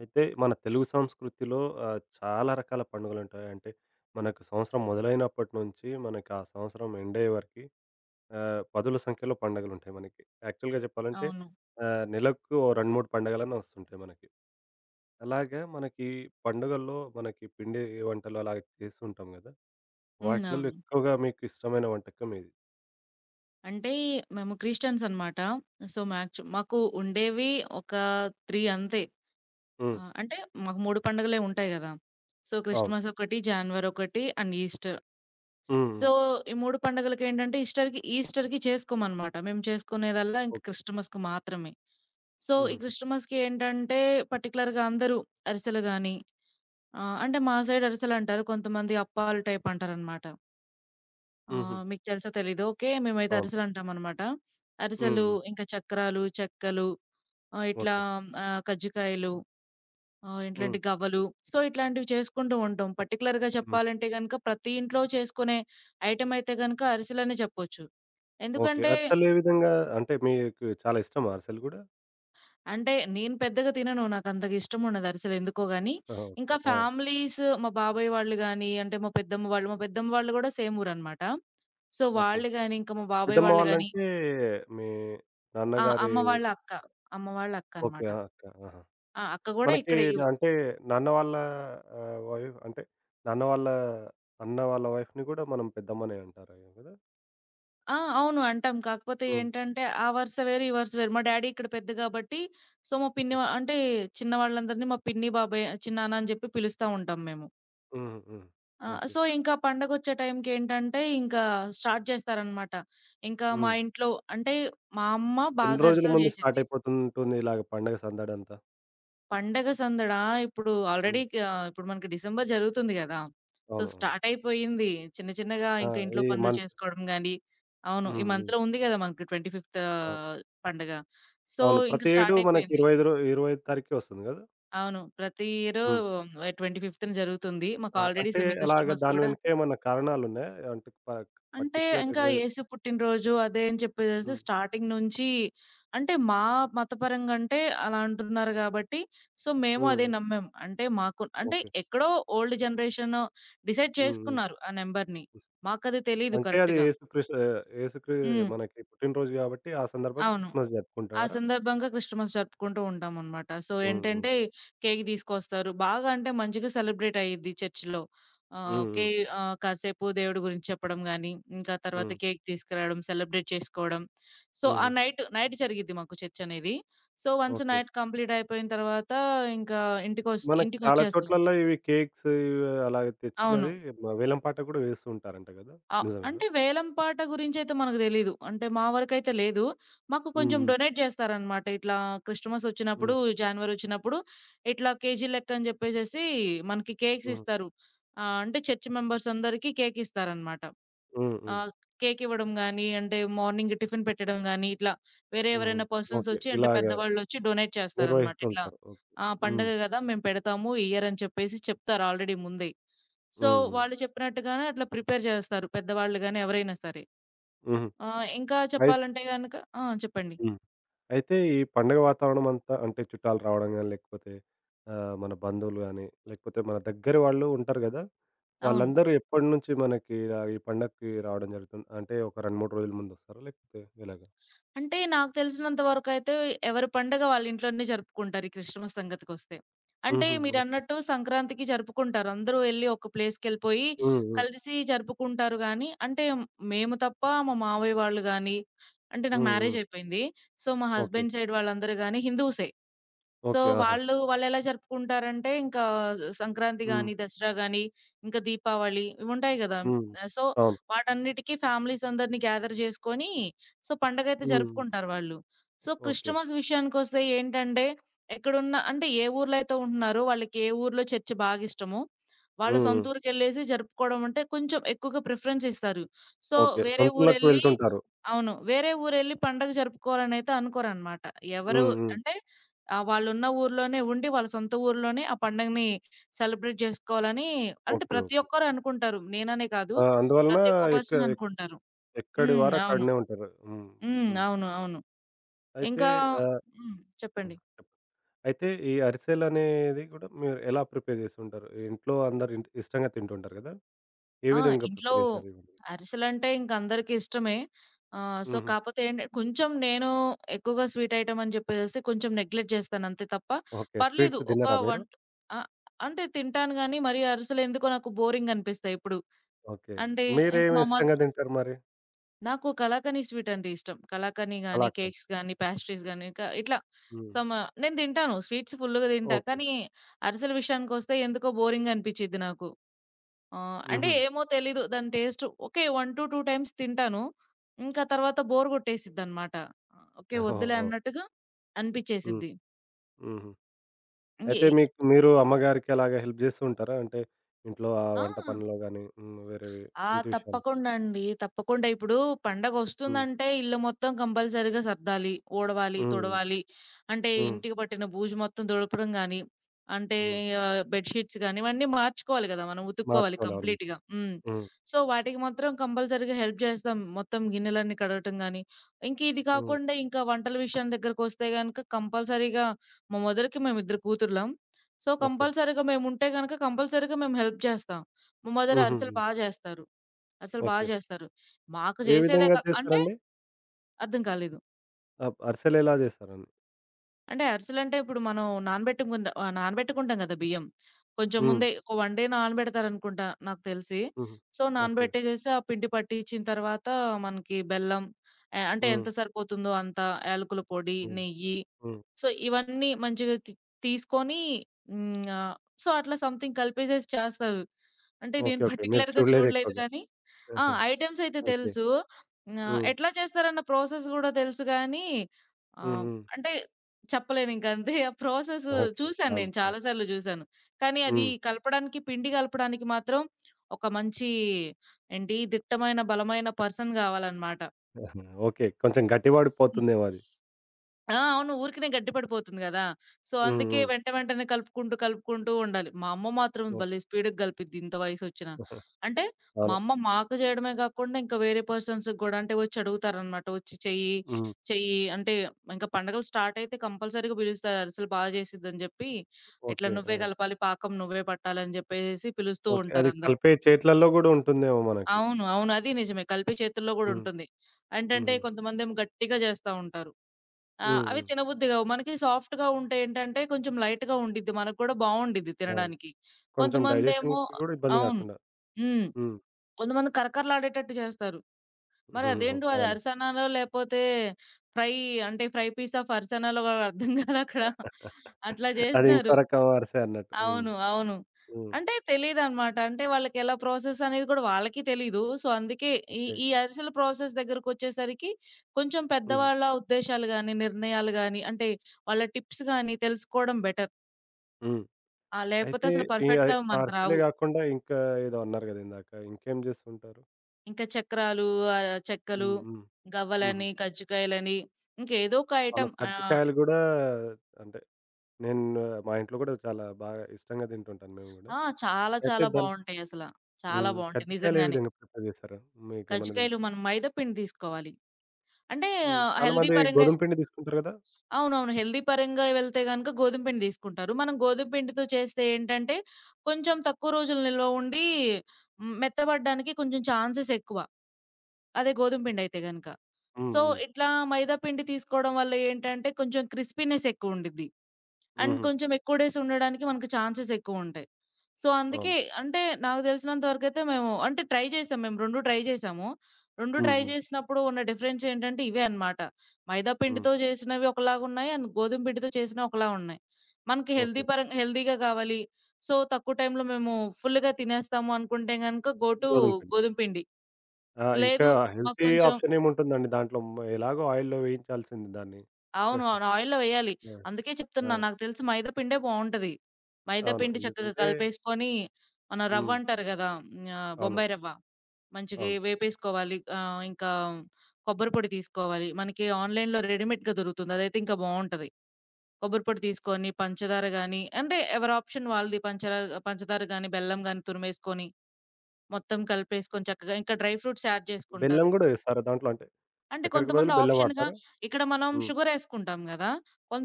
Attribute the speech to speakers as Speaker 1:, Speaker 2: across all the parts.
Speaker 1: అయితే మన తెలుగు సంస్కృతిలో చాలా రకాల పండుగలుంటాయి. అంటే మనకు సంవత్సరం మొదలైనప్పటి నుంచి మనకి ఆ సంవత్సరం ఎండయ్యే వరకి పదుల సంఖ్యలో పండుగలుంటాయి మనకి. యాక్చువల్‌గా చెప్పాలంటే
Speaker 2: అవును.
Speaker 1: నెలకు ఓ 2, 3 పండుగలన్నా వస్తుంటాయి మనకి. అలాగా మనకి పండుగల్లో మనకి పిండి వంటలు అలాగ చేస్తుంటాం గదా!
Speaker 2: హ్మ్.
Speaker 1: వాటిలలో
Speaker 2: అవును.
Speaker 1: ఎక్కువగా మీకు ఇష్టమైన వంటకం ఏది?
Speaker 2: అంటే మేము క్రిస్టియన్స్ అన్నమాట. సో, మాకు ఉండేవి ఒక 3 అంతే.
Speaker 1: హ్మ్.
Speaker 2: అంటే మాకు 3 పండుగలే ఉంటాయి గదా! సో,
Speaker 1: అవును.
Speaker 2: క్రిస్టమస్ ఒకటి, జాన్వరి ఒకటి అండ్ ఈస్టర్.
Speaker 1: హ్మ్. హ్మ్.
Speaker 2: సో, ఈ 3 పండుగలకేంటంటే ఈస్టర్‌కి ఈస్టర్‌కి చేసుకోమన్నమాట. మేము చేసుకునేదల్లా ఇంక
Speaker 1: ఓకే.
Speaker 2: క్రిస్టమస్‌కి మాత్రమే. సో,
Speaker 1: హుహు.
Speaker 2: ఈ క్రిస్టమస్‌కి ఏంటంటే పర్టిక్యులర్‌గా అందరూ అరిసెలు గాని అంటే మా సైడ్ అరిసెలంటారు. కొంతమంది అప్పాలు టైప్ అంటారన్నమాట. ఆ!
Speaker 1: హుహు.
Speaker 2: మీకు తెలుసో తెలీదో. ఓకే, మేమైతే
Speaker 1: అవును.
Speaker 2: అరిసెలంటామనమాట.
Speaker 1: హ్మ్.
Speaker 2: అరిసెలు,
Speaker 1: హ్మ్.
Speaker 2: ఇంకా చక్రాలు, చెక్కలు, ఇట్లా
Speaker 1: ఓకే.
Speaker 2: కజ్జికాయలు,
Speaker 1: హ్మ్.
Speaker 2: ఏంట్లంటే గవ్వలు. సో, ఇట్లాంటివి చేసుకుంటూ ఉంటాం. పర్టిక్యులర్‌గా
Speaker 1: హ్మ్.
Speaker 2: చెప్పాలంటే గనక ప్రతి ఇంట్లో చేసుకునే ఐటెమ్ అయితే గనక అరిసెలనే చెప్పొచ్చు.
Speaker 1: ఓకే.
Speaker 2: ఎందుకంటే
Speaker 1: అరిసెలు ఏ విధంగా అంటే మీకు చాలా ఇష్టమా అరిసెలు గూడా?
Speaker 2: అంటే నేను పెద్దగా తినను. నాకంతగా ఇష్టముండదు అరిసెలు ఎందుకో గాని.
Speaker 1: ఆహా! ఓకే.
Speaker 2: ఇంకా
Speaker 1: ఆ!
Speaker 2: ఫ్యామిలీస్ మా బాబాయ్ వాళ్ళు గాని, అంటే మా పెద్దమ్మ వాళ్ళు గూడా సేమ్ ఊరనమాట. So,
Speaker 1: okay.
Speaker 2: వాళ్ళు గాని, ఇంకా మా బాబాయ్
Speaker 1: పెద్దమ్మ
Speaker 2: వాళ్ళు గాని.
Speaker 1: వాళ్ళంటే మీ
Speaker 2: ఆ!
Speaker 1: నాన్నగారి.
Speaker 2: అమ్మ వాళ్ళ అక్క. అమ్మ వాళ్ళ
Speaker 1: ఓకే.
Speaker 2: అక్కనమాట.
Speaker 1: ఆ! అక్క. ఆహా!
Speaker 2: ఆ! అక్క గూడా
Speaker 1: మనకి
Speaker 2: ఇక్కడే
Speaker 1: అంటే నాన్న వాళ్ళ వైఫ్ అంటే నాన్న వాళ్ళ అన్న వాళ్ళ వైఫ్‌ని గూడా మనం పెద్దమ్మనే అంటారు గదా!
Speaker 2: ఆ! అవును అంటాం. కాకపోతే
Speaker 1: హ్మ్.
Speaker 2: ఏంటంటే, ఆ వరుస వేరు, ఈ వరుస వేరు. మా డ్యాడీ ఇక్కడ పెద్ద గాబట్టి, సో, మా పిన్ని వా
Speaker 1: ఓకే.
Speaker 2: అంటే చిన్న వాళ్ళందరిని మా పిన్ని, బాబాయ్, చిన్నాన్న అని జెప్పి పిలుస్తా ఉంటాం మేము.
Speaker 1: హ్మ్. హ్మ్.
Speaker 2: ఆ!
Speaker 1: ఓకే.
Speaker 2: సో, ఇంకా పండగొచ్చే టైంకేంటంటే, ఇంకా స్టార్ట్ జేస్తారనమాట. ఇంకా మా
Speaker 1: హ్మ్.
Speaker 2: ఇంట్లో అంటే, మా అమ్మ
Speaker 1: ఎన్ని
Speaker 2: బాగా
Speaker 1: రోజుల
Speaker 2: అరిసెలు
Speaker 1: ముందు స్టార్ట్
Speaker 2: జేసిద్ది.
Speaker 1: అయిపోతుంటుంది ఇలాగ పండగ సందడంతా?
Speaker 2: పండగ సందడా ఇప్పుడు
Speaker 1: హ్మ్.
Speaker 2: ఆల్రెడీ క ఇప్పుడు మనకి డిసెంబర్ జరుగుతుంది గదా! సో,
Speaker 1: అవును. అవును.
Speaker 2: స్టార్ట్ అయిపోయింది. చిన్న చిన్నగా
Speaker 1: ఆ!
Speaker 2: ఇంకా ఇంట్లో
Speaker 1: ఈ
Speaker 2: పనులు
Speaker 1: మంత్.
Speaker 2: చేసుకోవడం గాని. అవును,
Speaker 1: హ్మ్.
Speaker 2: ఈ
Speaker 1: హ్మ్.
Speaker 2: మంత్‌లో ఉంది గదా! మనకి 25థ్
Speaker 1: అవును.
Speaker 2: పండగ. సో,
Speaker 1: అవును.
Speaker 2: ఇంక
Speaker 1: ప్రతి ఏడు
Speaker 2: స్టార్ట్
Speaker 1: మనకి
Speaker 2: అయిపోయింది.
Speaker 1: 25 తారీఖే వస్తుంది గదా!
Speaker 2: అవును, ప్రతి ఇయరు
Speaker 1: హ్మ్.
Speaker 2: 25థ్‌న జరుగుతుంది. మాకు
Speaker 1: ఆ!
Speaker 2: ఆల్రెడీ
Speaker 1: అంటే
Speaker 2: సెమీ
Speaker 1: అలాగా
Speaker 2: కస్టమర్స్
Speaker 1: దాని
Speaker 2: కూడా
Speaker 1: వెనక ఏమన్నా కారణాలున్నాయా? అంటే
Speaker 2: అంటే
Speaker 1: పర్టిక్యులర్
Speaker 2: ఇంకా
Speaker 1: 25.
Speaker 2: యేసు పుట్టినరోజు అదే అని చెప్పేసేసి
Speaker 1: హ్మ్.
Speaker 2: స్టార్టింగ్ నుంచి అంటే మా మతపరంగా అంటే అలా అంటున్నారు గాబట్టి, సో, మేము
Speaker 1: హ్మ్.
Speaker 2: అదే
Speaker 1: హ్మ్.
Speaker 2: నమ్మాం. అంటే మాకు అంటే
Speaker 1: ఓకే.
Speaker 2: ఎక్కడో ఓల్డ్ జనరేషన్ డిసైడ్
Speaker 1: హ్మ్. హ్మ్.
Speaker 2: చేసుకున్నారు ఆ నంబర్‌ని. మాకది తెలీదు
Speaker 1: అంటే అది
Speaker 2: కరెక్ట్‌గా.
Speaker 1: యేసుక్రీస్తు ఆహ్, యేసుక్రీ
Speaker 2: హ్మ్.
Speaker 1: మనకి పుట్టినరోజు గాబట్టి ఆ సందర్భంగా
Speaker 2: అవును.
Speaker 1: క్రిస్మస్
Speaker 2: ఆ
Speaker 1: జరుపుకుంటారా?
Speaker 2: సందర్భంగా క్రిస్టమస్ జరుపుకుంటూ ఉంటామనమాట. సో,
Speaker 1: హ్మ్. హ్మ్.
Speaker 2: ఏంటంటే కేక్ తీసుకొస్తారు. బాగా అంటే మంచిగా సెలబ్రేట్ అయ్యిద్ది చర్చ్‌లో.
Speaker 1: హ్మ్.
Speaker 2: ఓకే.
Speaker 1: హ్మ్.
Speaker 2: కాసేపు దేవుడి గురించి చెప్పడం గాని, ఇంకా తర్వాత
Speaker 1: హ్మ్.
Speaker 2: కేక్ తీసుకురావడం, సెలబ్రేట్ చేసుకోవడం. సో, ఆ
Speaker 1: హుహు.
Speaker 2: నైట్ నైట్ జరిగిద్ది మాకు చర్చ్ అనేది. So, once
Speaker 1: okay.
Speaker 2: Night complete అయిపోయిన తర్వాత ఇంకా ఇంటికొస్
Speaker 1: మనకి చాలా
Speaker 2: ఇంటికొచ్చేస్తాం.
Speaker 1: చోట్లల్లో ఇవి కేక్స్ ఇవి అలాగ
Speaker 2: అవును.
Speaker 1: తెచ్చినది వేలం పాట గూడా వేస్తూ ఉంటారంట గదా!
Speaker 2: ఆ!
Speaker 1: నిజమేనా?
Speaker 2: అంటే వేలం పాట గురించైతే మనకు తెలీదు. అంటే మా వరకైతే లేదు. మాకు కొంచెం
Speaker 1: హ్మ్.
Speaker 2: డొనేట్ చేస్తారనమాట. ఇట్లా క్రిస్టమస్ ఒచ్చినప్పుడు,
Speaker 1: హ్మ్.
Speaker 2: జాన్వరి ఒచ్చినప్పుడు ఇట్లా కేజీ లెక్కని జెప్పేసేసి మనకి కేక్స్
Speaker 1: హ్మ్. హ్మ్.
Speaker 2: ఇస్తారు. అంటే చర్చ్ మెంబర్స్ అందరికీ కేక్ ఇస్తారనమాట.
Speaker 1: హ్మ్. హ్మ్.
Speaker 2: ఆహ్, కేక్ ఇవ్వడం గాని, అంటే మార్నింగ్ టిఫిన్ పెట్టడం గాని, ఇట్లా వేరే
Speaker 1: హుహు.
Speaker 2: ఎవరైనా పర్సన్స్
Speaker 1: ఓకే.
Speaker 2: ఒచ్చి అంటే
Speaker 1: ఇలాగ
Speaker 2: పెద్దవాళ్ళొచ్చి డొనేట్ చేస్తారనమాట. ఇట్లా.
Speaker 1: నిర్వహిస్తుంటారు. ఓకే.
Speaker 2: ఆ! పండగ
Speaker 1: హ్మ్.
Speaker 2: గదా! మేము పెడతాము ఈ ఇయర్ అని చెప్పేసి చెప్తారు ఆల్రెడీ ముందే. సో,
Speaker 1: హ్మ్. హ్మ్.
Speaker 2: వాళ్ళు చెప్పినట్టుగానే అట్లా ప్రిపేర్ చేస్తారు. పెద్దవాళ్ళు గాని ఎవరైనా సరే.
Speaker 1: హుహు.
Speaker 2: ఇంకా
Speaker 1: అయి
Speaker 2: చెప్పాలంటే గనక ఆ! చెప్పండి.
Speaker 1: హ్మ్. అయితే ఈ పండగ వాతావరణం అంతా అంటే చుట్టాలు రావడం గాని, లేకపోతే మన బంధువులు గాని, లేకపోతే మన దగ్గర వాళ్ళు ఉంటారు గదా!
Speaker 2: అవును.
Speaker 1: వాళ్ళందరూ ఎప్పటినుంచి మనకి ఈ పండక్కి రావడం జరుగుతుంది? అంటే ఒక 2, 3 రోజుల ముందొస్తారా? లేకపోతే ఎలాగా?
Speaker 2: అంటే నాకు తెలిసినంత వరకైతే ఎవరి పండగ వాళ్ళ ఇంట్లోనే జరుపుకుంటారు. ఈ క్రిస్టమస్ సంగతికొస్తే. అంటే
Speaker 1: హుహు. ఓకే.
Speaker 2: మీరన్నట్టు సంక్రాంతికి జరుపుకుంటారు. అందరూ వెళ్లి ఒక ప్లేస్‌కెళ్ళిపోయి
Speaker 1: హ్మ్. హ్మ్.
Speaker 2: కలిసి జరుపుకుంటారు గానీ, అంటే మేము తప్ప మా మావయ్య వాళ్ళు గాని అంటే నాకు
Speaker 1: హ్మ్.
Speaker 2: మ్యారేజ్
Speaker 1: హ్మ్.
Speaker 2: అయిపోయింది. సో, మా
Speaker 1: ఓకే.
Speaker 2: హస్బెండ్ సైడ్ వాళ్ళందరూ గాని హిందువుసే. So,
Speaker 1: okay. ఆహా!
Speaker 2: వాళ్ళు వాళ్ళెలా జరుపుకుంటారంటే, ఇంకా సంక్రాంతి
Speaker 1: హ్మ్.
Speaker 2: గాని, దసరా గాని, ఇంకా దీపావళి ఇవుంటాయి గదా!
Speaker 1: హ్మ్.
Speaker 2: సో,
Speaker 1: అవును.
Speaker 2: వాటన్నిటికి ఫ్యామిలీస్ అందరిని గ్యాదర్ జేసుకొని, సో, పండగైతే
Speaker 1: హ్మ్.
Speaker 2: జరుపుకుంటారు వాళ్ళు. So,
Speaker 1: okay.
Speaker 2: క్రిస్టమస్ విషయానికొస్తే ఏంటంటే, ఎక్కడున్న అంటే ఏ ఊర్లో అయితే ఉంటున్నారో, వాళ్ళకి ఏ ఊర్లో చర్చ్ బాగిష్టమో, వాళ్ళ
Speaker 1: హ్మ్.
Speaker 2: సొంత
Speaker 1: హ్మ్.
Speaker 2: ఊరికెళ్ళేసి జరుపుకోవడం అంటే కొంచెం ఎక్కువగా ప్రిఫరెన్స్ ఇస్తారు. So,
Speaker 1: okay.
Speaker 2: వేరే
Speaker 1: సొంతూర్లకు
Speaker 2: ఊరెళ్లి
Speaker 1: వెళ్తుంటారు.
Speaker 2: అవును. వేరే ఊరెళ్లి పండగ జరుపుకోవాలనైతే అనుకోరనమాట. ఎవరు
Speaker 1: హ్మ్. హ్మ్.
Speaker 2: అంటే ఆ! వాళ్ళున్న ఊర్లోనే ఉండి, వాళ్ళ సొంత ఊర్లోనే ఆ పండగని సెలబ్రేట్ జేసుకోవాలని అంటే
Speaker 1: ఓకే.
Speaker 2: ప్రతి
Speaker 1: ఓకే.
Speaker 2: ఒక్కరు అనుకుంటారు. నేననే కాదు.
Speaker 1: ఆ! అందువలన
Speaker 2: ప్రతి ఒక్క
Speaker 1: ఎక్క
Speaker 2: పర్సన్ అనుకుంటారు.
Speaker 1: ఎక్కడి
Speaker 2: హ్మ్.
Speaker 1: వారు
Speaker 2: అవును.
Speaker 1: అక్కడనే ఉంటారు. హ్మ్.
Speaker 2: హ్మ్.
Speaker 1: హ్మ్.
Speaker 2: అవును, అవును.
Speaker 1: అయితే
Speaker 2: ఇంకా
Speaker 1: ఆహ్,
Speaker 2: హ్మ్.
Speaker 1: హ్మ్.
Speaker 2: చెప్పండి.
Speaker 1: చెప్పండి. అయితే ఈ అరిసెలనేది గూడా మీరు ఎలా ప్రిపేర్ జేస్తుంటారు? ఇంట్లో అందరు ఇష్టంగా తింటుంటారు గదా! ఏ
Speaker 2: ఆ!
Speaker 1: విధంగా
Speaker 2: ఇంట్లో
Speaker 1: ప్రిపేర్ జేస్తారు ఇవి?
Speaker 2: అరిసెలంటే ఇంక అందరికీ ఇష్టమే. సో,
Speaker 1: హుహు.
Speaker 2: కాపోతే ఏంటే కొంచెం నేను ఎక్కువగా స్వీట్ ఐటెమ్ అని జెప్పేసేసి కొంచెం నెగ్లెక్ట్ జేస్తాను అంతే తప్ప.
Speaker 1: ఓకే.
Speaker 2: పర్లేదు
Speaker 1: స్వీట్స్
Speaker 2: ఒక
Speaker 1: తినరా మీరు?
Speaker 2: వంట ఆ! అంటే తింటాను గానీ, మరి అరిసెలెందుకో నాకు బోరింగ్ అనిపిస్తాయి ఇప్పుడు.
Speaker 1: ఓకే.
Speaker 2: అంటే
Speaker 1: మీరేమి
Speaker 2: మా మ
Speaker 1: ఇష్టంగా తింటారు మరి?
Speaker 2: నాకు కలాకండ్ స్వీట్ అంటే ఇష్టం. కలాకండ్ గాని,
Speaker 1: కలాకండ్.
Speaker 2: కేక్స్ గాని, పేస్ట్రీస్ గాని ఇంకా ఇట్లా
Speaker 1: హ్మ్.
Speaker 2: సమ నేను తింటాను. స్వీట్స్ ఫుల్‌గా తింటా.
Speaker 1: ఓకే.
Speaker 2: కానీ అరిసెల విషయానికొస్తే ఎందుకో బోరింగ్ అనిపిచ్చిద్ది నాకు. అంటే
Speaker 1: హుహు.
Speaker 2: ఏమో తెలీదు. దాని టేస్ట్ ఓకే. 1-2 టైమ్స్ తింటాను. ఇంకా తర్వాత బోర్ కొట్టేసిద్దనమాట. ఓకే, వద్దులే
Speaker 1: ఓహో!
Speaker 2: అన్నట్టుగా
Speaker 1: హ్మ్.
Speaker 2: అనిపిచ్చేసిద్ది.
Speaker 1: హుహు.
Speaker 2: ఏ
Speaker 1: అయితే మీకు మీరు అమ్మగారికి అలాగా హెల్ప్ జేస్తూ ఉంటారా? అంటే ఇంట్లో ఆ
Speaker 2: ఆ!
Speaker 1: వంట పనిలో గాని, హ్మ్. వేరేవి
Speaker 2: ఆ!
Speaker 1: ఇంటి విషయాల్లో.
Speaker 2: తప్పకుండా అండి, తప్పకుండా. ఇప్పుడు
Speaker 1: హ్మ్.
Speaker 2: పండగొస్తుందంటే ఇల్లు మొత్తం కంపల్సరీగా సర్దాలి, ఊడవాలి,
Speaker 1: హ్మ్.
Speaker 2: తుడవాలి. అంటే
Speaker 1: హ్మ్.
Speaker 2: ఇంటికి పట్టిన బూజు మొత్తం తుడపడం గాని, అంటే
Speaker 1: హ్మ్.
Speaker 2: బెడ్‌షీట్స్ గాని ఇవన్నీ మార్చుకోవాలి కదా! మనం ఉతుక్కోవాలి
Speaker 1: మార్చుకోవాలి. అవును.
Speaker 2: కంప్లీట్‌గా. హ్మ్.
Speaker 1: హ్మ్.
Speaker 2: సో, వాటికి మాత్రం కంపల్సరీగా హెల్ప్ చేస్తాం. మొత్తం గిన్నెలన్నీ కడగటం గాని, ఇంక ఇది
Speaker 1: హ్మ్.
Speaker 2: కాకుండా ఇంకా వంటల విషయం దగ్గరకొస్తే గనక కంపల్సరీగా మా మదర్‌కి మేమిద్దరు కూతుర్లం. So,
Speaker 1: okay.
Speaker 2: కంపల్సరీగా మేముంటే గనక కంపల్సరీగా మేము హెల్ప్ చేస్తాం. మా మదర్
Speaker 1: హుహు.
Speaker 2: అరిసెలు
Speaker 1: హ్మ్.
Speaker 2: బా చేస్తారు. అరిసెలు బా
Speaker 1: ఓకే.
Speaker 2: జేస్తారు. మాకు
Speaker 1: ఏ
Speaker 2: జేసేదే
Speaker 1: విధంగా
Speaker 2: క అంటే
Speaker 1: చేస్తారండి?
Speaker 2: అర్థం కాలేదు.
Speaker 1: అరిసెలెలా చేస్తారండి?
Speaker 2: అంటే అరిసెలంటే ఇప్పుడు మనం నానబెట్టుకుంటాం గదా! బియ్యం. కొంచెం
Speaker 1: హ్మ్.
Speaker 2: ముందే ఒక 1 డే నానబెడతారనుకుంటా నాకు తెలిసి.
Speaker 1: హుహు.
Speaker 2: So,
Speaker 1: okay.
Speaker 2: నానబెట్టేసేసి ఆ పిండి పట్టిచ్చిన తర్వాత మనకి బెల్లం, అంటే
Speaker 1: హ్మ్.
Speaker 2: ఎంత సరిపోతుందో అంత యాలకుల పొడి,
Speaker 1: హ్మ్.
Speaker 2: నెయ్యి.
Speaker 1: హ్మ్.
Speaker 2: సో, ఇవన్నీ మంచిగా తీసుకొని హ్మ్. సో, అట్లా సంథింగ్ కలిపేసేసి చేస్తారు. అంటే
Speaker 1: ఓకే.
Speaker 2: నేను
Speaker 1: ఓకే. మీరు
Speaker 2: పర్టిక్యులర్‌గా
Speaker 1: చూడలేదు
Speaker 2: చూడలేదు
Speaker 1: ఎక్కువగా.
Speaker 2: కానీ ఆ! ఐటెమ్స్ అయితే
Speaker 1: ఓకే.
Speaker 2: తెలుసు.
Speaker 1: హ్మ్.
Speaker 2: ఎట్లా చేస్తారన్న ప్రాసెస్ గూడా తెలుసు గానీ
Speaker 1: హ్మ్.
Speaker 2: ఆహ్,
Speaker 1: హ్మ్.
Speaker 2: అంటే చెప్పలేనింక అంతే. ఆ ప్రాసెస్
Speaker 1: ఓకే.
Speaker 2: చూసాను.
Speaker 1: అవును.
Speaker 2: నేను చాలా
Speaker 1: అవును.
Speaker 2: సార్లు చూసాను. కానీ అది
Speaker 1: హ్మ్.
Speaker 2: కలపడానికి పిండి కలపడానికి మాత్రం ఒక మంచి ఏంటి దిట్టమైన బలమైన పర్సన్ గావాలన్నమాట.
Speaker 1: ఓకే. కొంచెం గట్టిపడిపోతుందేమో అది.
Speaker 2: ఆ! అవును. ఊరికనే గట్టి పడిపోతుంది గదా! సో,
Speaker 1: హ్మ్.
Speaker 2: అందుకే
Speaker 1: హ్మ్.
Speaker 2: వెంట వెంటనే కలుపుకుంటూ, కలుపుకుంటూ ఉండాలి. మా అమ్మ మాత్రం
Speaker 1: ఓకే.
Speaker 2: భలే స్పీడ్‌గా గలిపిద్ది ఇంత వయసొచ్చినా. అంటే మా
Speaker 1: అవును.
Speaker 2: అమ్మ మాకు చేయడమే గాకుండా ఇంకా వేరే పర్సన్స్‌కి గూడా అంటే వచ్చి అడుగుతారనమాట. వచ్చి చెయ్యి,
Speaker 1: హ్మ్.
Speaker 2: చెయ్యి అంటే ఇంకా పండగలు స్టార్ట్ అయితే కంపల్సరీగా పిలుస్తారు అరిసెలు బా చేసిద్దని జెప్పి. ఇట్లా
Speaker 1: ఓకే.
Speaker 2: నువ్వే
Speaker 1: ఆ!
Speaker 2: కలపాలి, పాకం నువ్వే పట్టాలని జెప్పేసేసి పిలుస్తూ
Speaker 1: ఓకే. అది
Speaker 2: ఉంటారందరూ.
Speaker 1: కలిపే చేతులలో గూడా ఉంటుందేమో మనకి.
Speaker 2: అవును, అవును. అది నిజమే. కలిపే చేతుల్లో గూడా
Speaker 1: హ్మ్.
Speaker 2: ఉంటుంది. ఏంటంటే
Speaker 1: హుహు.
Speaker 2: కొంతమందేమో గట్టిగా జేస్తా ఉంటారు. ఆ!
Speaker 1: హ్మ్.
Speaker 2: అవి
Speaker 1: హ్మ్.
Speaker 2: తినబుద్ధి గావు. మనకి సాఫ్ట్‌గా ఉంటే ఏంటంటే కొంచెం లైట్‌గా ఉండిద్ది. మనకు గూడా బావుండిద్ది
Speaker 1: అవును.
Speaker 2: తినడానికి.
Speaker 1: కొంచెం
Speaker 2: కొంతమందేమో
Speaker 1: డైజెషన్‌కి గూడా ఇబ్బంది
Speaker 2: అవును.
Speaker 1: గాకుండా.
Speaker 2: హ్మ్.
Speaker 1: హ్మ్.
Speaker 2: కొంతమంది కరకరలాడేటట్టు చేస్తారు. మరి
Speaker 1: హుహు.
Speaker 2: అదేంటో అది
Speaker 1: అవును.
Speaker 2: అరిసెనాలో లేపోతే ఫ్రై అంటే ఫ్రై పీస్ ఆఫ్ అరిసెనాలో అర్థం గాదక్కడ. అట్లా
Speaker 1: అది ఇంకో
Speaker 2: జేస్తారు.
Speaker 1: రకం అరిసె అన్నట్టు. హ్మ్.
Speaker 2: అవును, అవును.
Speaker 1: హ్మ్.
Speaker 2: అంటే తెలీదనమాట. అంటే వాళ్ళకెలా ప్రాసెస్ అనేది కూడా వాళ్ళకి తెలీదు. సో, అందుకే ఈ
Speaker 1: ఓకే.
Speaker 2: ఈ అరిసెల ప్రాసెస్ దగ్గరకొచ్చేసరికి కొంచెం
Speaker 1: హ్మ్.
Speaker 2: పెద్దవాళ్ళ ఉద్దేశాలు గాని, నిర్ణయాలు గాని, అంటే వాళ్ళ టిప్స్ గాని తెలుసుకోవడం బెటర్.
Speaker 1: హ్మ్.
Speaker 2: ఆ! లేపోతే
Speaker 1: అయితే
Speaker 2: అసలు
Speaker 1: ఈ
Speaker 2: పర్ఫెక్ట్‌గా
Speaker 1: అయి
Speaker 2: మనకు
Speaker 1: అరిసెలే
Speaker 2: రావు.
Speaker 1: గాకుండా ఇంకా ఏదో అన్నారు గదా! ఇందాక. ఇంకేం జేస్తుంటారు?
Speaker 2: ఇంకా చక్రాలు, చెక్కలు,
Speaker 1: హ్మ్. హ్మ్. హుహు.
Speaker 2: గవ్వలని, కజ్జికాయలని ఇంకేదో ఒక
Speaker 1: అవును.
Speaker 2: ఐటెమ్.
Speaker 1: కజ్జికాయలు గూడా అంటే నేను మా ఇంట్లో గూడా చాలా బాగా ఇష్టంగా తింటుంటాను మేము గూడా.
Speaker 2: ఆ! చాలా
Speaker 1: అయితే
Speaker 2: చాలా
Speaker 1: దాన్ని.
Speaker 2: బావుంటాయసల. చాలా
Speaker 1: హ్మ్.
Speaker 2: బావుంటాయి
Speaker 1: కజ్జికాయలు ఏ
Speaker 2: నిజంగానే.
Speaker 1: విధంగా ప్రిపేర్ జేస్తారు? మీకేమన్నా
Speaker 2: కజ్జికాయలు
Speaker 1: తెలుసా?
Speaker 2: మనం మైదా పిండి తీసుకోవాలి. అంటే
Speaker 1: హ్మ్. చాలా
Speaker 2: హెల్తీ
Speaker 1: మంది
Speaker 2: పరంగా
Speaker 1: గోధుమ పిండి తీసుకుంటారు గదా!
Speaker 2: అవునవును. హెల్తీ పరంగా వెళ్తే గనక గోధుమ పిండి తీసుకుంటారు. మనం గోధుమ పిండితో చేస్తే ఏంటంటే, కొంచెం తక్కువ రోజులు నిల్వ ఉండి హ్మ్, మెత్తబడ్డానికి కొంచెం ఛాన్సెస్ ఎక్కువ. అదే గోధుమ పిండయితే గనక.
Speaker 1: హ్మ్.
Speaker 2: సో,
Speaker 1: హ్మ్.
Speaker 2: ఇట్లా మైదా పిండి తీసుకోవడం వల్ల ఏంటంటే, కొంచెం క్రిస్పీనెస్ ఎక్కువుండిద్ది. అండ్
Speaker 1: హుహు.
Speaker 2: కొంచెం ఎక్కువ డేస్ ఉండడానికి మనకు ఛాన్సెస్ ఎక్కువుంటాయి. సో, అందుకే
Speaker 1: అవును.
Speaker 2: అంటే నాకు తెలిసినంత వరకైతే మేము అంటే ట్రై చేసాం. మేము 2 ట్రై చేసాము. 2
Speaker 1: హ్మ్.
Speaker 2: ట్రై
Speaker 1: హ్మ్.
Speaker 2: చేసినప్పుడు ఉన్న డిఫరెన్స్ ఏంటంటే ఇవే అన్నమాట. మైదా
Speaker 1: హ్మ్.
Speaker 2: పిండితో చేసినవి ఒకలాగున్నాయి. అండ్ గోధుమ పిండితో చేసినవి ఒకలా ఉన్నాయి. మనకి హెల్తీ
Speaker 1: ఓకే.
Speaker 2: పరంగా హెల్తీగా కావాలి. సో, తక్కువ టైంలో మేము ఫుల్‌గా తినేస్తాము అనుకుంటే గనుక గో టు
Speaker 1: గోధుమ పిండి.
Speaker 2: గోధుమ పిండి.
Speaker 1: ఆ! ఇంకా
Speaker 2: లేదు మాకు
Speaker 1: హెల్తీ
Speaker 2: కొంచెం
Speaker 1: ఆప్షన్ ఏముంటుందండి దాంట్లో. ఎలాగో ఆయిల్‌లో వేయించాల్సింది దాన్ని. ఆ!
Speaker 2: అవును, అవును. ఆయిల్‌లో వేయాలి. అందుకే
Speaker 1: ఆ!
Speaker 2: చెప్తున్నా నాకు తెలిసి మైదా పిండే బావుంటది. మైదా
Speaker 1: అవును.
Speaker 2: పిండి చక్కగా
Speaker 1: ఎందుకంటే
Speaker 2: కలిపేసుకొని, మన
Speaker 1: హ్మ్.
Speaker 2: రవ్వంటారు గదా! హ్మ్.
Speaker 1: అవును.
Speaker 2: బొంబాయి రవ్వ మంచిగా
Speaker 1: అవును.
Speaker 2: వేపేసుకోవాలి. ఇంకా కొబ్బరి పొడి తీసుకోవాలి. మనకి ఆన్‌లైన్‌లో రెడీమేడ్‌గా దొరుకుతుంది. అదైతే ఇంకా బావుంటది. కొబ్బరి పొడి తీసుకొని, పంచదార గాని అంటే ఎవరి ఆప్షన్ వాళ్ళది పంచదార గాని, బెల్లం గాని తురిమేసుకొని, మొత్తం కలిపేసుకొని చక్కగా ఇంకా డ్రై ఫ్రూట్స్ యాడ్ చేసుకుంటారు.
Speaker 1: బెల్లం గూడా ఏస్తారా దాంట్లో? అంటే
Speaker 2: అంటే
Speaker 1: చక్కెరకు
Speaker 2: కొంతమంది
Speaker 1: బదులు బెల్లం
Speaker 2: ఆప్షన్‌గా
Speaker 1: వాడతారా?
Speaker 2: ఇక్కడ మనం
Speaker 1: హ్మ్.
Speaker 2: షుగరేసుకుంటాం గదా!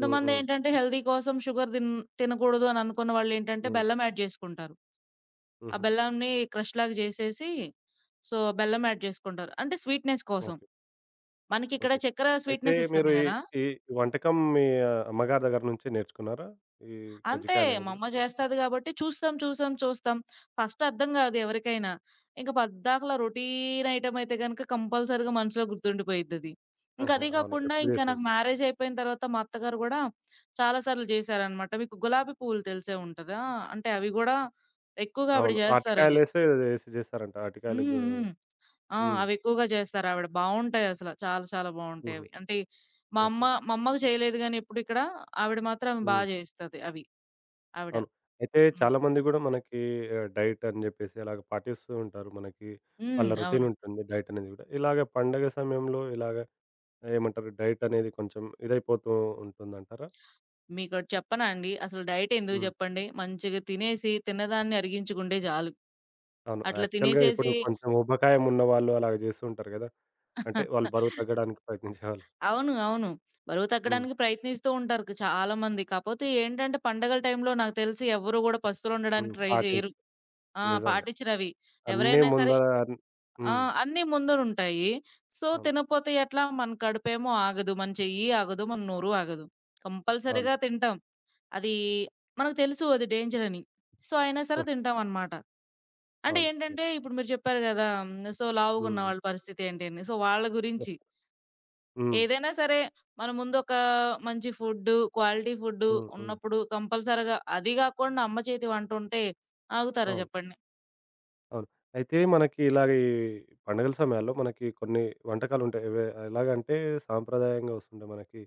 Speaker 1: హ్మ్. హ్మ్.
Speaker 2: హెల్తీ కోసం షుగర్ తిన్ తినకూడదు అని అనుకున్న వాళ్ళేంటంటే
Speaker 1: హ్మ్.
Speaker 2: బెల్లం యాడ్ జేసుకుంటారు. ఆ
Speaker 1: హుహు.
Speaker 2: బెల్లంని క్రష్ లాగా జేసేసి సో, బెల్లం యాడ్ జేసుకుంటారు. అంటే స్వీట్‌నెస్ కోసం.
Speaker 1: ఓకే.
Speaker 2: మనకిక్కడ
Speaker 1: ఓకే.
Speaker 2: చక్కెర
Speaker 1: అయితే
Speaker 2: స్వీట్‌నెస్
Speaker 1: మీరు
Speaker 2: ఇస్తుంది
Speaker 1: ఈ
Speaker 2: గదా!
Speaker 1: ఈ వంటకం మీ అమ్మగారి దగ్గర నుంచే నేర్చుకున్నారా? ఈ
Speaker 2: అంతే.
Speaker 1: కజ్జికాయలనేది
Speaker 2: మా
Speaker 1: గూడా?
Speaker 2: అమ్మ జేస్తది గాబట్టి చూస్తాం, చూస్తాం, చూస్తాం. ఫస్ట్ అర్థం గాదు ఎవరికైనా. ఇంక పద్దాకలా రొటీన్ ఐటెమ్ అయితే గనక కంపల్సరీగా మనసులో గుర్తుండిపోయిద్దది. ఇంకా
Speaker 1: ఆహా!
Speaker 2: అదీ
Speaker 1: అవును.
Speaker 2: గాకుండా
Speaker 1: ఎప్పుడు
Speaker 2: ఇంకా
Speaker 1: జేసేది?
Speaker 2: నాకు మ్యారేజ్ అయిపోయిన తర్వాత మా అత్తగారు గూడా చాలా సార్లు జేశారనమాట. మీకు గులాబీ పువ్వులు తెలిసే ఉంటదా? అంటే అవి గూడా ఎక్కువగా ఆవిడ
Speaker 1: అవును.
Speaker 2: జేస్తారవి.
Speaker 1: అరటికాయలేసి ఏదో ఏసి జేస్తారంట. అరటికాయలు
Speaker 2: హ్మ్. హ్మ్. ఆ!
Speaker 1: హ్మ్.
Speaker 2: అవెక్కువగా జేస్తారావిడ. బావుంటాయసల. చాలా చాలా
Speaker 1: హుహు.
Speaker 2: బావుంటాయవి. అంటే మా అమ్మ
Speaker 1: ఓకే.
Speaker 2: మా అమ్మకి చేయలేదు గానీ ఎప్పుడు ఇక్కడ. ఆవిడ మాత్రం బా
Speaker 1: హ్మ్.
Speaker 2: జేస్తది అవి ఆవిడ.
Speaker 1: అవును. అయితే
Speaker 2: హ్మ్.
Speaker 1: చాలామంది గూడా మనకి డైట్ అని జెప్పేసి అలాగ పాటిస్తూ ఉంటారు. మనకి
Speaker 2: హ్మ్.
Speaker 1: వాళ్ళ రొటీన్
Speaker 2: అవును.
Speaker 1: ఉంటుంది డైట్ అనేది గూడా. ఇలాగ పండగ సమయంలో ఇలాగ ఏమంటారు డైట్ అనేది కొంచెం ఇదైపోతూ ఉంటుందంటారా?
Speaker 2: మీకోటి చెప్పనా అండి? అసలు డైట్ ఎందుకు
Speaker 1: హ్మ్.
Speaker 2: జెప్పండి? మంచిగా తినేసి తిన్నదాన్ని అరిగించుకుంటే జాలు.
Speaker 1: అవును.
Speaker 2: అట్లా
Speaker 1: యాక్చువల్‌గా ఇప్పుడు
Speaker 2: తినేసేసి.
Speaker 1: కొంచెం ఊబకాయం ఉన్నవాళ్ళు అలాగ జేస్తూ ఉంటారు గదా! అంటే వాళ్ళు బరువు తగ్గడానికి ప్రయత్నించేవాళ్ళు.
Speaker 2: అవును, అవును. బరువు
Speaker 1: హ్మ్.
Speaker 2: తగ్గడానికి ప్రయత్నిస్తూ ఉంటారు చాలా మంది. కాపోతే ఏంటంటే పండగల టైంలో నాకు తెలిసి ఎవ్వరు గూడా
Speaker 1: హ్మ్.
Speaker 2: పస్తులుండడానికి ట్రై జెయ్యరు.
Speaker 1: పాటించు.
Speaker 2: ఆ!
Speaker 1: నిజంగా.
Speaker 2: పాటించరవి.
Speaker 1: అన్నీ
Speaker 2: ఎవరైనా సరే
Speaker 1: ముందర
Speaker 2: ఆ!
Speaker 1: హ్మ్.
Speaker 2: అన్నీ ముందరుంటాయి. సో,
Speaker 1: అవును.
Speaker 2: తినపోతే ఎట్లా? మన కడుపేమో ఆగదు. మన చెయ్యి ఆగదు. మన నోరు ఆగదు.
Speaker 1: అవును.
Speaker 2: కంపల్సరీగా తింటాం. అది మనకు తెలుసు అది డేంజరని. సో, అయినా సరే
Speaker 1: హ,
Speaker 2: తింటామనమాట. అంటే
Speaker 1: అవును. యాహ్!
Speaker 2: ఏంటంటే, ఇప్పుడు మీరు చెప్పారు గదా! హ్మ్. సో, లావుగున్న
Speaker 1: హ్మ్.
Speaker 2: వాళ్ళ పరిస్థితి ఏంటి అని. సో, వాళ్ళ
Speaker 1: హ్మ్.
Speaker 2: గురించి
Speaker 1: హ్మ్.
Speaker 2: ఏదైనా సరే, మన ముందొక మంచి ఫుడ్డు, క్వాలిటీ ఫుడ్డు
Speaker 1: హ్మ్. హ్మ్.
Speaker 2: ఉన్నప్పుడు కంపల్సరీగా అది గాకుండా అమ్మ చేతి వంటుంటే ఆగుతారా
Speaker 1: అవును.
Speaker 2: జెప్పండి?
Speaker 1: అవును. అయితే మనకి ఇలాగ ఈ పండుగల సమయాల్లో మనకి కొన్ని వంటకాలుంటాయి. ఎలాగంటే సాంప్రదాయంగా వస్తుంటాయి మనకి.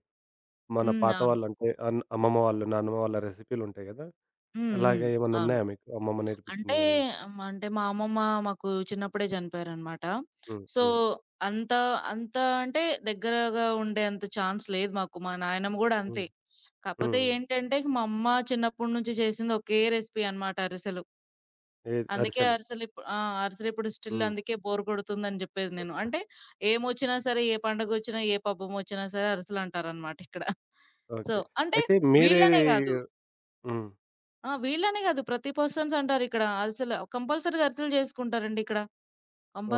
Speaker 1: మన
Speaker 2: హ్మ్.
Speaker 1: పాత
Speaker 2: అవును.
Speaker 1: వాళ్ళంటే అమ్మమ్మ వాళ్ళు, నాన్నమ్మ వాళ్ళ రెసిపీలుంటాయి గదా!
Speaker 2: హ్మ్. హ్మ్.
Speaker 1: అలాగే ఏమన్నా
Speaker 2: అవును.
Speaker 1: ఉన్నాయా మీకు అమ్మమ్మ
Speaker 2: అంటే
Speaker 1: నేర్పించింది గాని?
Speaker 2: హ్మ్. అంటే మా అమ్మమ్మ మాకు చిన్నప్పుడే చనిపోయారనమాట.
Speaker 1: హ్మ్.
Speaker 2: సో,
Speaker 1: హ్మ్.
Speaker 2: అంత అంత అంటే దగ్గరగా ఉండేంత ఛాన్స్ లేదు మాకు. మా నాయనమ్మ గూడా అంతే.
Speaker 1: హ్మ్. హ్మ్.
Speaker 2: కాపోతే
Speaker 1: హ్మ్.
Speaker 2: ఏంటంటే, మా అమ్మ చిన్నప్పటి నుంచి చేసింది ఒకే రెసిపీ అనమాట, అరిసెలు.
Speaker 1: ఏది
Speaker 2: అందుకే
Speaker 1: అరిసెలు.
Speaker 2: అరిసెలు ఇప్పు ఆ! అరిసెలిప్పుడు స్టిల్
Speaker 1: హ్మ్.
Speaker 2: అందుకే బోర్ కొడుతుందని జెప్పేది నేను. అంటే ఏమొచ్చినా సరే, ఏ పండగొచ్చినా, ఏ పబ్బమొచ్చినా సరే అరిసెలంటారనమాట ఇక్కడ. So,
Speaker 1: okay.
Speaker 2: అంటే
Speaker 1: అయితే మీరేది.
Speaker 2: వీళ్ళనే గాదు.
Speaker 1: హ్మ్.
Speaker 2: ఆ! వీళ్ళనే గాదు, ప్రతి పర్సన్స్ అంటారిక్కడ అరిసెలు. కంపల్సరీగా అరిసెలు జేసుకుంటారండిక్కడ,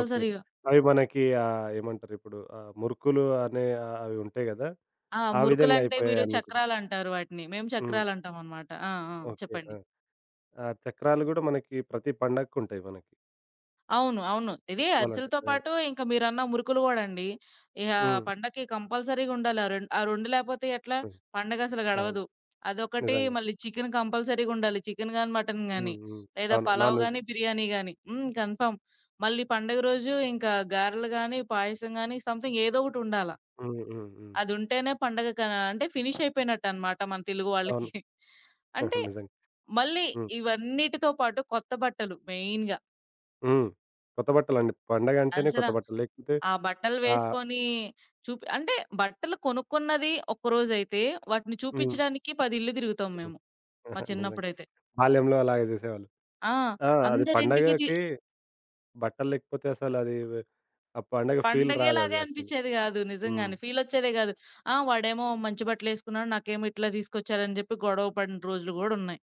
Speaker 1: ఓకే. అవి మనకి ఏమంటారు ఇప్పుడు మురుకులు అనే ఆ, అవి ఉంటాయి గదా!
Speaker 2: ఆ!
Speaker 1: ఆ విధంగా
Speaker 2: మురుకులంటే మీరు
Speaker 1: అయిపోయాయనుకుంటా.
Speaker 2: చక్రాలంటారు వాటిని. మేము
Speaker 1: హ్మ్.
Speaker 2: చక్రాలంటామనమాట. ఆ! ఆ!
Speaker 1: ఓకే.
Speaker 2: చెప్పండి.
Speaker 1: ఆ! ఆ చక్రాలు గూడా మనకి ప్రతి పండక్కుంటాయి మనకి
Speaker 2: అవును, అవును. ఇది
Speaker 1: చెప్పుకోవాలంటే.
Speaker 2: అరిసెలతో
Speaker 1: ఆ!
Speaker 2: పాటు ఇంక మీరన్న మురుకులు గూడండి. ఇగ
Speaker 1: హ్మ్.
Speaker 2: పండక్కి కంపల్సరీగా ఉండాలి. ఆ 2 లేపోతే ఎట్లా?
Speaker 1: హ్మ్.
Speaker 2: పండగసలు
Speaker 1: అవును.
Speaker 2: గడవదు. అదొకటి
Speaker 1: నిజంగా.
Speaker 2: మళ్ళీ చికెన్ కంపల్సరీగా ఉండాలి. చికెన్ గాని, మటన్
Speaker 1: హ్మ్.
Speaker 2: గాని,
Speaker 1: హ్మ్.
Speaker 2: లేదా
Speaker 1: అవును.
Speaker 2: Pulao
Speaker 1: non veg.
Speaker 2: గాని, బిర్యానీ గాని. హ్మ్. కన్ఫర్మ్. మళ్ళీ పండుగ రోజు ఇంకా గారెలు గాని, పాయసం గాని సంథింగ్ ఏదో ఒకటుండాల.
Speaker 1: హ్మ్. హ్మ్. హ్మ్.
Speaker 2: అదుంటేనే పండగ క అంటే ఫినిష్ అయిపోయినట్టనమాట మన తెలుగు వాళ్ళకి.
Speaker 1: అవును.
Speaker 2: అంటే
Speaker 1: నిజంగా.
Speaker 2: మళ్ళీ
Speaker 1: హ్మ్.
Speaker 2: ఇవన్నిటితో పాటు కొత్త బట్టలు మెయిన్‌గా.
Speaker 1: హ్మ్. కొత్త బట్టలండి. పండగంటేనే
Speaker 2: అసల
Speaker 1: కొత్త బట్టలు. లేకపోతే
Speaker 2: ఆ బట్టలు
Speaker 1: ఆహ్,
Speaker 2: వేసుకొని అంటే బట్టలు కొనుక్కున్నది ఒక్కరోజైతే, వాటిని
Speaker 1: హ్మ్.
Speaker 2: చూపించడానికి 10 ఇల్లు తిరుగుతాం మేము. మా
Speaker 1: నిజంగా.
Speaker 2: చిన్నప్పుడైతే.
Speaker 1: బాల్యంలో అలాగే జేసేవాళ్ళు.
Speaker 2: ఆ!
Speaker 1: ఆ! అది
Speaker 2: అందరింటికి తి
Speaker 1: పండగకి బట్టలు లేకపోతే అసలది ఆ పండగ ఫీల్ రాదది
Speaker 2: పండగేలాగే
Speaker 1: యాక్చువల్లీ.
Speaker 2: అనిపిచ్చేది గాదు
Speaker 1: హ్మ్.
Speaker 2: నిజంగానే. ఫీలొచ్చేదే గాదు. ఆ! వాడేమో మంచి బట్టలేసుకున్నాడు. నాకేమో ఇట్లా తీసుకొచ్చారని జెప్పి గొడవ పడిన రోజులు గూడున్నాయి.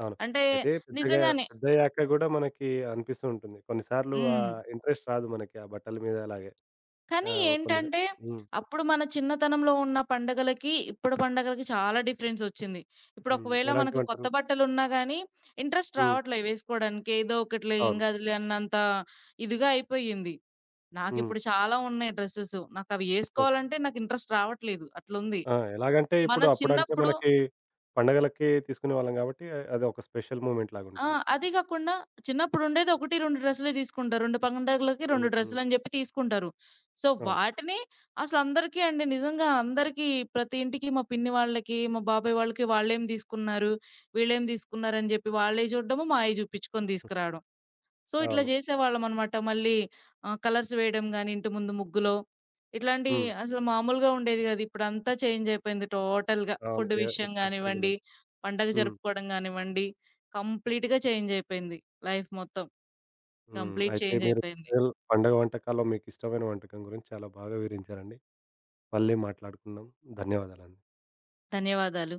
Speaker 1: అవును.
Speaker 2: అంటే
Speaker 1: అయితే పెద్దగా
Speaker 2: నిజంగానే.
Speaker 1: పెద్దయ్యాక గూడా మనకి అనిపిస్తూ ఉంటుంది. కొన్నిసార్లు ఆ
Speaker 2: హ్మ్.
Speaker 1: ఇంట్రెస్ట్ రాదు మనకి ఆ బట్టల మీద అలాగే. ఆ!
Speaker 2: కానీ
Speaker 1: కొన్ని.
Speaker 2: ఏంటంటే,
Speaker 1: హ్మ్.
Speaker 2: అప్పుడు మన చిన్నతనంలో ఉన్న పండగలకి, ఇప్పుడు పండగలకి చాలా డిఫరెన్స్ ఒచ్చింది. ఇప్పుడు
Speaker 1: హ్మ్.
Speaker 2: ఒకవేళ మనకు కొత్త
Speaker 1: ఎలాంటివంటారు?
Speaker 2: బట్టలున్నా గానీ, ఇంట్రెస్ట్
Speaker 1: హ్మ్.
Speaker 2: రావట్లే వేసుకోవడానికి. ఏదో ఒకటిలే ఏం
Speaker 1: అవును.
Speaker 2: గాదులే అన్నంత ఇదిగా అయిపోయింది.
Speaker 1: హ్మ్.
Speaker 2: నాకిప్పుడు చాలా ఉన్నాయి డ్రెసెస్. నాకవి
Speaker 1: ఓకే.
Speaker 2: ఏసుకోవాలంటే నాకు ఇంట్రెస్ట్ రావట్లేదు. అట్లుంది.
Speaker 1: ఆ! ఎలాగంటే
Speaker 2: మన
Speaker 1: ఇప్పుడు అప్పుడంటే
Speaker 2: చిన్నప్పుడు
Speaker 1: మనకి పండగలకి తీసుకునేవాళ్ళం గాబట్టి అదొక స్పెషల్ మూమెంట్
Speaker 2: ఆ!
Speaker 1: లాగుంటుంది.
Speaker 2: అది గాకుండా చిన్నప్పుడుండేది 1, 2 డ్రెస్సులే తీసుకుంటారు. 2 పండగలకి 2
Speaker 1: హ్మ్. హ్మ్.
Speaker 2: డ్రెస్సులని జెప్పి తీసుకుంటారు. సో,
Speaker 1: అవును.
Speaker 2: వాటిని అసలందరికీ అండి నిజంగా అందరికీ, ప్రతి ఇంటికి మా పిన్ని వాళ్ళకి, మా బాబాయ్ వాళ్ళకి వాళ్ళేం తీసుకున్నారు, వీళ్ళేం తీసుకున్నారని జెప్పి వాళ్ళయి జూడడము, మాయి జూపిచ్చుకొని తీసుకురావడం. సో, ఇట్లా
Speaker 1: అవును.
Speaker 2: జేసేవాళ్ళమనమాట. మళ్ళీ కలర్స్ వేయడం గాని, ఇంటి ముందు ముగ్గులో. ఇట్లాంటియి
Speaker 1: హ్మ్.
Speaker 2: అసలు మామూలుగా ఉండేది గాదు. ఇప్పుడంతా చేంజ్ అయిపోయింది టోటల్‌గా.
Speaker 1: అవును.
Speaker 2: ఫుడ్
Speaker 1: ఎ
Speaker 2: విషయం
Speaker 1: ఎక్కడ
Speaker 2: గానివ్వండి,
Speaker 1: తరగలేదు.
Speaker 2: పండగ
Speaker 1: హ్మ్.
Speaker 2: జరుపుకోవడం గానివ్వండి, కంప్లీట్‌గా చేంజ్ అయిపోయింది. లైఫ్ మొత్తం
Speaker 1: హ్మ్.
Speaker 2: కంప్లీట్
Speaker 1: అయితే
Speaker 2: చేంజ్
Speaker 1: మీరు
Speaker 2: అయిపోయింది.
Speaker 1: పండగలు పండగ వంటకాల్లో మీకిష్టమైన వంటకం గురించి చాలా బాగా వివరించారండి. మళ్ళీ మాట్లాడుకుందాం. ధన్యవాదాలండి.
Speaker 2: ధన్యవాదాలు.